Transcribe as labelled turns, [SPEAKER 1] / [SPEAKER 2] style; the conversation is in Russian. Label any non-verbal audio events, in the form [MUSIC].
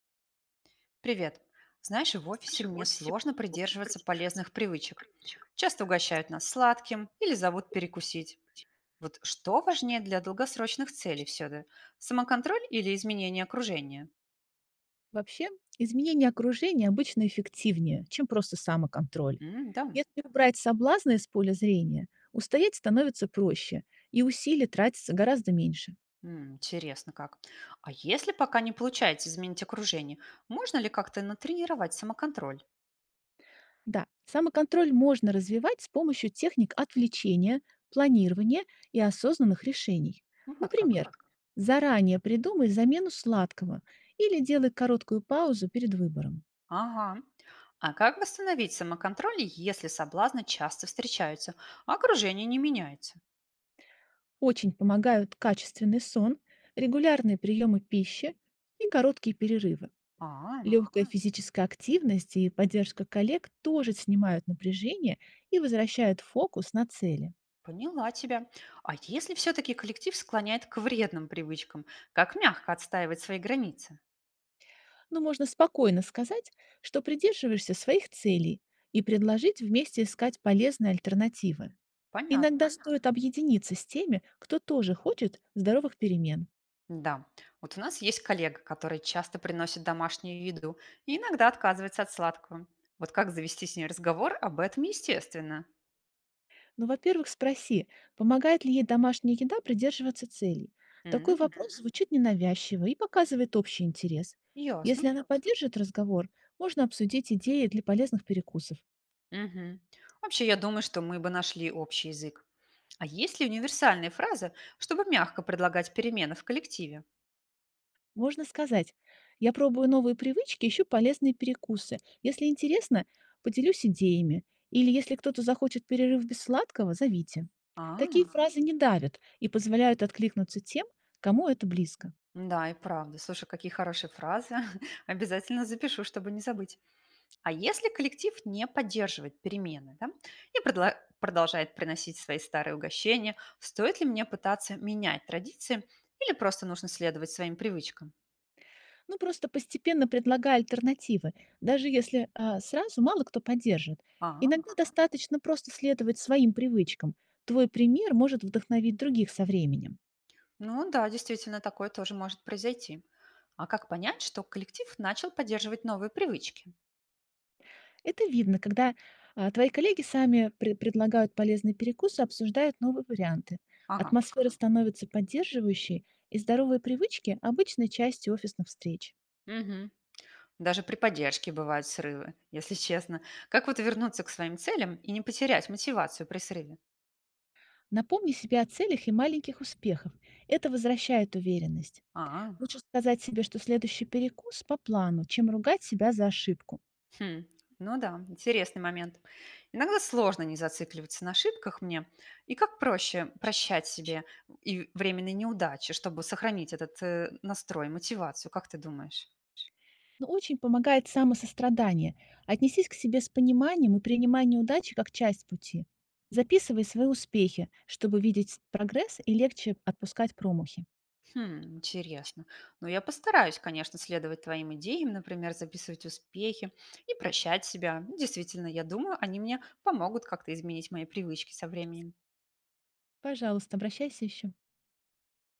[SPEAKER 1] Привет. Знаешь, в офисе мне сложно придерживаться полезных привычек. Часто угощают нас сладким или зовут перекусить. Вот что важнее для долгосрочных целей все-таки? Самоконтроль или изменение окружения?
[SPEAKER 2] Вообще, изменение окружения обычно эффективнее, чем просто самоконтроль.
[SPEAKER 1] М, да.
[SPEAKER 2] Если убрать соблазны из поля зрения, устоять становится проще, и усилий тратится гораздо меньше.
[SPEAKER 1] М, интересно как. А если пока не получается изменить окружение, можно ли как-то натренировать самоконтроль?
[SPEAKER 2] Да, самоконтроль можно развивать с помощью техник отвлечения, планирования и осознанных решений.
[SPEAKER 1] Ну, вот как.
[SPEAKER 2] Например, заранее придумай замену сладкого или делай короткую паузу перед выбором.
[SPEAKER 1] Ага. А как восстановить самоконтроль, если соблазны часто встречаются, а окружение не меняется?
[SPEAKER 2] Очень помогают качественный сон, регулярные приемы пищи и короткие перерывы.
[SPEAKER 1] А.
[SPEAKER 2] Легкая физическая активность и поддержка коллег тоже снимают напряжение и возвращают фокус на цели.
[SPEAKER 1] Поняла тебя. А если все-таки коллектив склоняет к вредным привычкам, как мягко отстаивать свои границы?
[SPEAKER 2] Но можно спокойно сказать, что придерживаешься своих целей и предложить вместе искать полезные альтернативы.
[SPEAKER 1] Понятно.
[SPEAKER 2] Иногда стоит объединиться с теми, кто тоже хочет здоровых перемен.
[SPEAKER 1] Да, вот у нас есть коллега, который часто приносит домашнюю еду и иногда отказывается от сладкого. Вот как завести с ней разговор об этом, естественно.
[SPEAKER 2] Ну, во-первых, спроси, помогает ли ей домашняя еда придерживаться целей. Такой
[SPEAKER 1] М,
[SPEAKER 2] вопрос звучит ненавязчиво и показывает общий интерес.
[SPEAKER 1] ясно.
[SPEAKER 2] Если она поддержит разговор, можно обсудить идеи для полезных перекусов.
[SPEAKER 1] Мгм. Вообще, я думаю, что мы бы нашли общий язык. А есть ли универсальные фразы, чтобы мягко предлагать перемены в коллективе?
[SPEAKER 2] Можно сказать, я пробую новые привычки, ищу полезные перекусы. Если интересно, поделюсь идеями. Или если кто-то захочет перерыв без сладкого, зовите.
[SPEAKER 1] А.
[SPEAKER 2] Такие фразы не давят и позволяют откликнуться тем, кому это близко.
[SPEAKER 1] Да, и правда. Слушай, какие хорошие фразы. [LAUGHS] Обязательно запишу, чтобы не забыть. А если коллектив не поддерживает перемены, да, и продолжает приносить свои старые угощения, стоит ли мне пытаться менять традиции или просто нужно следовать своим привычкам?
[SPEAKER 2] Ну, просто постепенно предлагай альтернативы, даже если сразу мало кто поддержит.
[SPEAKER 1] А,
[SPEAKER 2] Иногда достаточно просто следовать своим привычкам. Твой пример может вдохновить других со временем.
[SPEAKER 1] ну да, действительно, такое тоже может произойти. А как понять, что коллектив начал поддерживать новые привычки?
[SPEAKER 2] Это видно, когда твои коллеги сами предлагают полезные перекусы, обсуждают новые варианты.
[SPEAKER 1] Ага.
[SPEAKER 2] Атмосфера становится поддерживающей, и здоровые привычки – обычной частью офисных встреч.
[SPEAKER 1] Мгм. Даже при поддержке бывают срывы, если честно. Как вот вернуться к своим целям и не потерять мотивацию при срыве?
[SPEAKER 2] Напомни себе о целях и маленьких успехах. Это возвращает уверенность.
[SPEAKER 1] А,
[SPEAKER 2] Лучше сказать себе, что следующий перекус по плану, чем ругать себя за ошибку.
[SPEAKER 1] хм, ну да, интересный момент. Иногда сложно не зацикливаться на ошибках мне. И как проще прощать себе и временные неудачи, чтобы сохранить этот настрой, мотивацию, как ты думаешь?
[SPEAKER 2] Но очень помогает самосострадание. Отнесись к себе с пониманием и принимай неудачи как часть пути. Записывай свои успехи, чтобы видеть прогресс и легче отпускать промахи.
[SPEAKER 1] Хм, интересно. Ну, я постараюсь, конечно, следовать твоим идеям, например, записывать успехи и прощать себя. Действительно, я думаю, они мне помогут как-то изменить мои привычки со временем.
[SPEAKER 2] Пожалуйста, обращайся еще.